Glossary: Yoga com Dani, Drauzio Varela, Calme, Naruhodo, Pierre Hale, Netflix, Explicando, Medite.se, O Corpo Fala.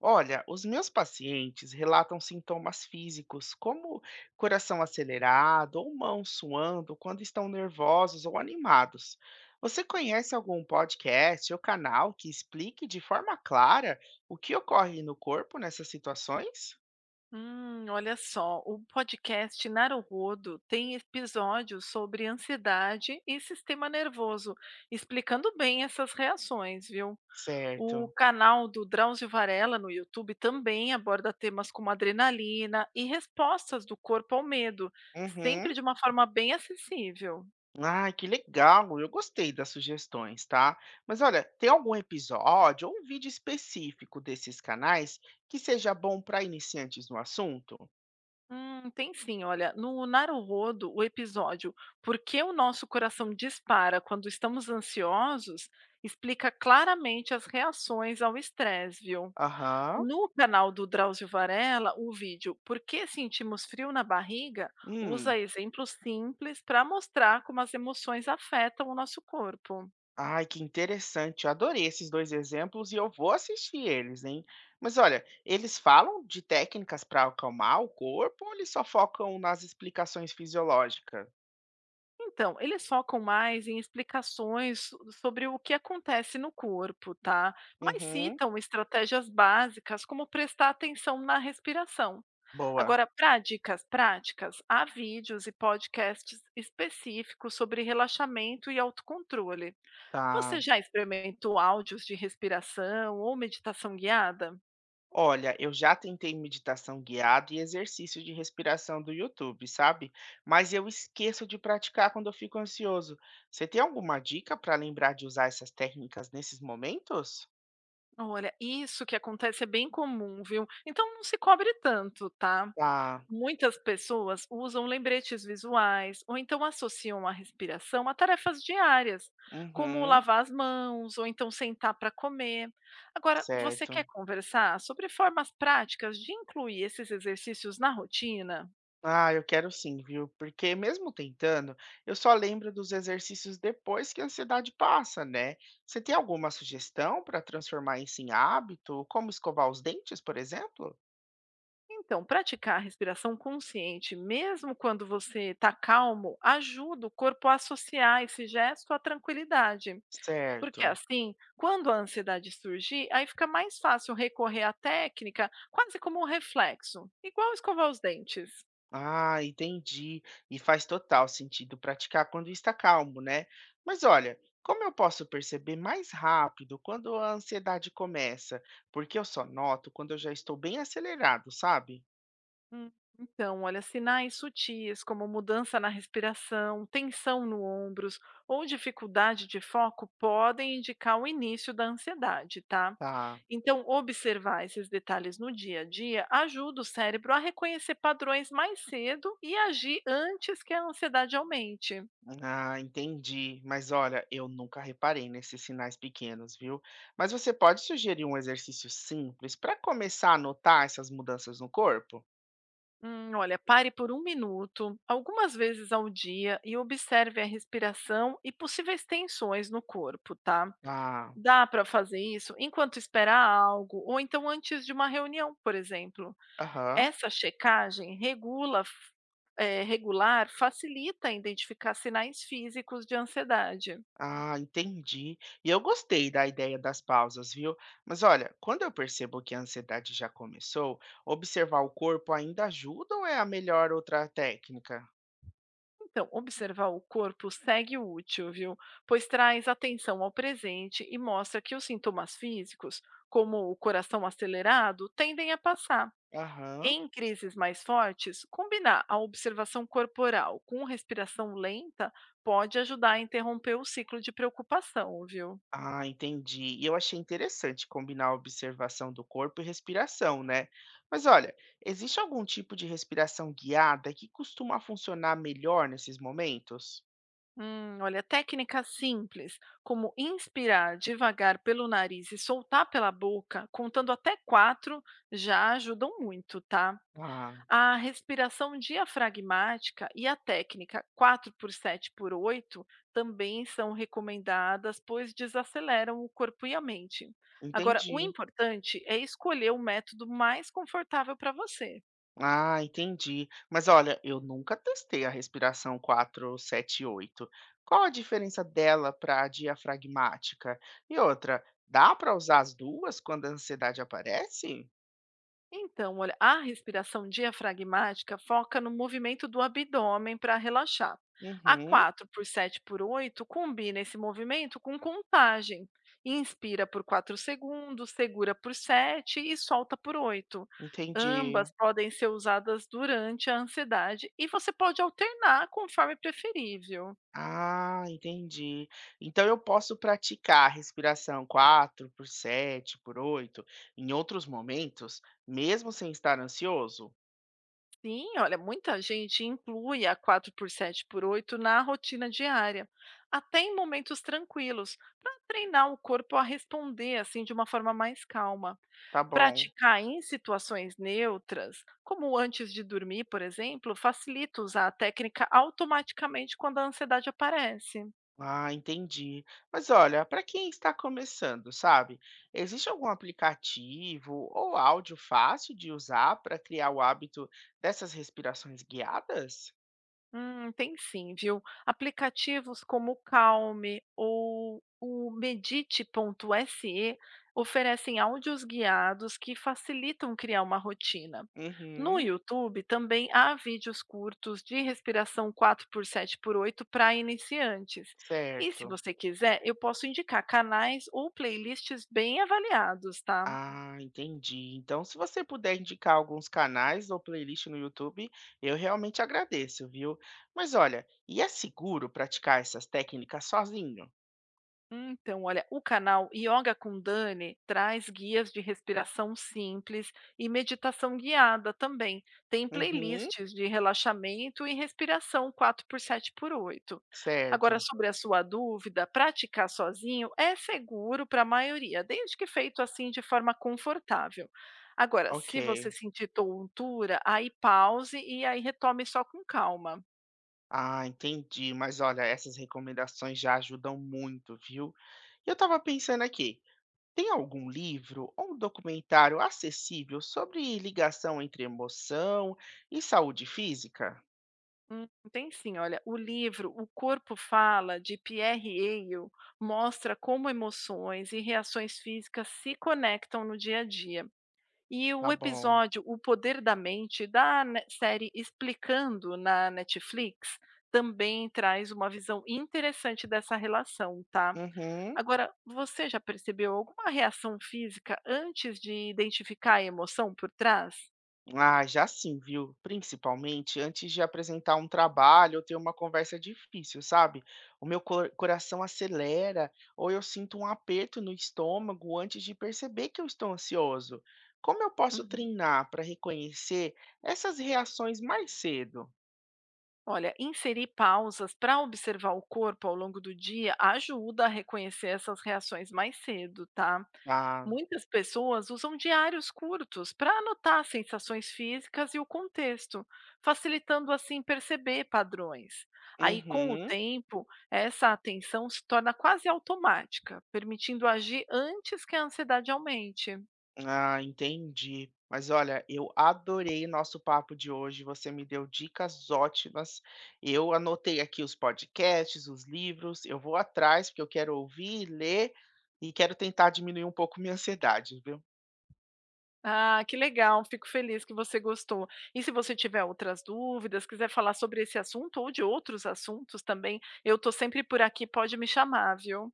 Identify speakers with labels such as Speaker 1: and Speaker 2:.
Speaker 1: Olha, os meus pacientes relatam sintomas físicos, como coração acelerado ou mãos suando quando estão nervosos ou animados. Você conhece algum podcast ou canal que explique de forma clara o que ocorre no corpo nessas situações?
Speaker 2: Olha só, o podcast Naruhodo tem episódios sobre ansiedade e sistema nervoso, explicando bem essas reações, viu? O
Speaker 1: Certo.
Speaker 2: canal do Drauzio Varela no YouTube também aborda temas como adrenalina e respostas do corpo ao medo, sempre
Speaker 1: Uhum.
Speaker 2: de uma forma bem acessível.
Speaker 1: Ai, que legal! Eu gostei das sugestões, tá? Mas olha, tem algum episódio ou um vídeo específico desses canais que seja bom para iniciantes no assunto?
Speaker 2: Tem sim, olha, no Naruhodo, o episódio "Por que o nosso coração dispara quando estamos ansiosos" explica claramente as reações ao estresse, viu?
Speaker 1: Aham.
Speaker 2: No canal do Drauzio Varela, o vídeo "Por que sentimos frio na barriga"
Speaker 1: Hum,
Speaker 2: usa exemplos simples para mostrar como as emoções afetam o nosso corpo.
Speaker 1: ai, que interessante. Eu adorei esses dois exemplos e eu vou assistir eles, hein? Mas olha, eles falam de técnicas para acalmar o corpo ou eles só focam nas explicações fisiológicas?
Speaker 2: Então, eles focam mais em explicações sobre o que acontece no corpo, tá? Mas
Speaker 1: Uhum,
Speaker 2: citam estratégias básicas como prestar atenção na respiração.
Speaker 1: boa,
Speaker 2: Agora, para dicas práticas, há vídeos e podcasts específicos sobre relaxamento e autocontrole. Você
Speaker 1: tá.
Speaker 2: já experimentou áudios de respiração ou meditação guiada?
Speaker 1: Olha, eu já tentei meditação guiada e exercício de respiração do YouTube, sabe? Mas eu esqueço de praticar quando eu fico ansioso. Você tem alguma dica para lembrar de usar essas técnicas nesses momentos?
Speaker 2: Olha, isso que acontece é bem comum, viu? Então não se cobre tanto, tá?
Speaker 1: Tá.
Speaker 2: Muitas pessoas usam lembretes visuais ou então associam a respiração a tarefas diárias, como
Speaker 1: Uhum,
Speaker 2: lavar as mãos ou então sentar para comer. Agora, você quer
Speaker 1: certo.
Speaker 2: conversar sobre formas práticas de incluir esses exercícios na rotina?
Speaker 1: Ah, eu quero sim, viu? Porque mesmo tentando, eu só lembro dos exercícios depois que a ansiedade passa, né? Você tem alguma sugestão para transformar isso em hábito, como escovar os dentes, por exemplo?
Speaker 2: Então, praticar a respiração consciente, mesmo quando você está calmo, ajuda o corpo a associar esse gesto à tranquilidade. Porque
Speaker 1: Certo.
Speaker 2: assim, quando a ansiedade surgir, aí fica mais fácil recorrer à técnica, quase como um reflexo, igual escovar os dentes.
Speaker 1: Ah, entendi. E faz total sentido praticar quando está calmo, né? Mas olha, como eu posso perceber mais rápido quando a ansiedade começa? Porque eu só noto quando eu já estou bem acelerado, sabe?
Speaker 2: Hum, Então, olha, sinais sutis como mudança na respiração, tensão no ombros ou dificuldade de foco podem indicar o início da ansiedade, tá?
Speaker 1: Tá.
Speaker 2: Então, observar esses detalhes no dia a dia ajuda o cérebro a reconhecer padrões mais cedo e agir antes que a ansiedade aumente.
Speaker 1: Ah, entendi. Mas olha, eu nunca reparei nesses sinais pequenos, viu? Mas você pode sugerir um exercício simples para começar a notar essas mudanças no corpo?
Speaker 2: Olha, pare por um minuto, algumas vezes ao dia, e observe a respiração e possíveis tensões no corpo, tá?
Speaker 1: Ah,
Speaker 2: Dá para fazer isso enquanto espera algo, ou então antes de uma reunião, por exemplo.
Speaker 1: aham.
Speaker 2: Essa checagem regular facilita identificar sinais físicos de ansiedade.
Speaker 1: Ah, entendi. E eu gostei da ideia das pausas, viu? Mas olha, quando eu percebo que a ansiedade já começou, observar o corpo ainda ajuda ou é a melhor outra técnica?
Speaker 2: Então, observar o corpo segue o útil, viu? Pois traz atenção ao presente e mostra que os sintomas físicos, como o coração acelerado, tendem a passar.
Speaker 1: Aham.
Speaker 2: Em crises mais fortes, combinar a observação corporal com respiração lenta pode ajudar a interromper o ciclo de preocupação, viu?
Speaker 1: Ah, entendi. E eu achei interessante combinar a observação do corpo e respiração, né? Mas olha, existe algum tipo de respiração guiada que costuma funcionar melhor nesses momentos?
Speaker 2: Olha, técnicas simples, como inspirar devagar pelo nariz e soltar pela boca, contando até quatro, já ajudam muito, tá?
Speaker 1: Ah,
Speaker 2: A respiração diafragmática e a técnica quatro por sete por oito também são recomendadas, pois desaceleram o corpo e a mente. Agora, o
Speaker 1: entendi.
Speaker 2: importante é escolher o método mais confortável para você.
Speaker 1: Ah, entendi. Mas olha, eu nunca testei a respiração 4-7-8. Qual a diferença dela para a diafragmática? E outra, dá para usar as duas quando a ansiedade aparece?
Speaker 2: Então, olha, a respiração diafragmática foca no movimento do abdômen para relaxar. A
Speaker 1: Uhum,
Speaker 2: 4 por 7 por 8 combina esse movimento com contagem. Inspira por 4 segundos, segura por 7 e solta por 8.
Speaker 1: entendi.
Speaker 2: Ambas podem ser usadas durante a ansiedade e você pode alternar conforme preferível.
Speaker 1: Ah, entendi. Então eu posso praticar a respiração 4-7-8 em outros momentos, mesmo sem estar ansioso?
Speaker 2: Sim, olha, muita gente inclui a quatro por sete por oito na rotina diária, até em momentos tranquilos, para treinar o corpo a responder assim de uma forma mais calma.
Speaker 1: Tá bom.
Speaker 2: Praticar em situações neutras, como antes de dormir, por exemplo, facilita usar a técnica automaticamente quando a ansiedade aparece.
Speaker 1: Ah, entendi. Mas olha, para quem está começando, sabe? Existe algum aplicativo ou áudio fácil de usar para criar o hábito dessas respirações guiadas?
Speaker 2: Tem sim, viu? Aplicativos como o Calme ou o Medite.se oferecem áudios guiados que facilitam criar uma rotina. No
Speaker 1: Uhum,
Speaker 2: YouTube também há vídeos curtos de respiração quatro por sete por oito para iniciantes. E se
Speaker 1: certo.
Speaker 2: você quiser, eu posso indicar canais ou playlists bem avaliados, tá?
Speaker 1: Ah, entendi. Então, se você puder indicar alguns canais ou playlist no YouTube, eu realmente agradeço, viu? Mas olha, e é seguro praticar essas técnicas sozinho?
Speaker 2: Então, olha, o canal Yoga com Dani traz guias de respiração simples e meditação guiada também. Tem
Speaker 1: Uhum,
Speaker 2: playlists de relaxamento e respiração quatro por sete por oito. Agora,
Speaker 1: certo.
Speaker 2: sobre a sua dúvida, praticar sozinho é seguro para a maioria, desde que feito assim de forma confortável. Agora,
Speaker 1: Ok.
Speaker 2: se você sentir tontura, aí pause e aí retome só com calma.
Speaker 1: Ah, entendi. Mas olha, essas recomendações já ajudam muito, viu? E eu tava pensando aqui, tem algum livro ou um documentário acessível sobre ligação entre emoção e saúde física?
Speaker 2: Hum, Tem sim, olha, o livro O Corpo Fala, de Pierre Hale, mostra como emoções e reações físicas se conectam no dia a dia. E o
Speaker 1: Tá bom.
Speaker 2: episódio O Poder da Mente, da série Explicando na Netflix, também traz uma visão interessante dessa relação, tá?
Speaker 1: Uhum.
Speaker 2: Agora, você já percebeu alguma reação física antes de identificar a emoção por trás?
Speaker 1: Ah, já sim, viu? Principalmente antes de apresentar um trabalho ou ter uma conversa difícil, sabe? O meu coração acelera ou eu sinto um aperto no estômago antes de perceber que eu estou ansioso. Como eu posso
Speaker 2: Uhum.
Speaker 1: treinar para reconhecer essas reações mais cedo?
Speaker 2: Olha, inserir pausas para observar o corpo ao longo do dia ajuda a reconhecer essas reações mais cedo, tá?
Speaker 1: Ah,
Speaker 2: Muitas pessoas usam diários curtos para anotar sensações físicas e o contexto, facilitando assim perceber padrões. Aí, com o
Speaker 1: Uhum.
Speaker 2: tempo, essa atenção se torna quase automática, permitindo agir antes que a ansiedade aumente.
Speaker 1: Ah, entendi. Mas olha, eu adorei nosso papo de hoje. Você me deu dicas ótimas. Eu anotei aqui os podcasts, os livros. Eu vou atrás, porque eu quero ouvir, ler e quero tentar diminuir um pouco minha ansiedade, viu?
Speaker 2: Ah, que legal, fico feliz que você gostou. E se você tiver outras dúvidas, quiser falar sobre esse assunto ou de outros assuntos também, eu estou sempre por aqui, pode me chamar, viu?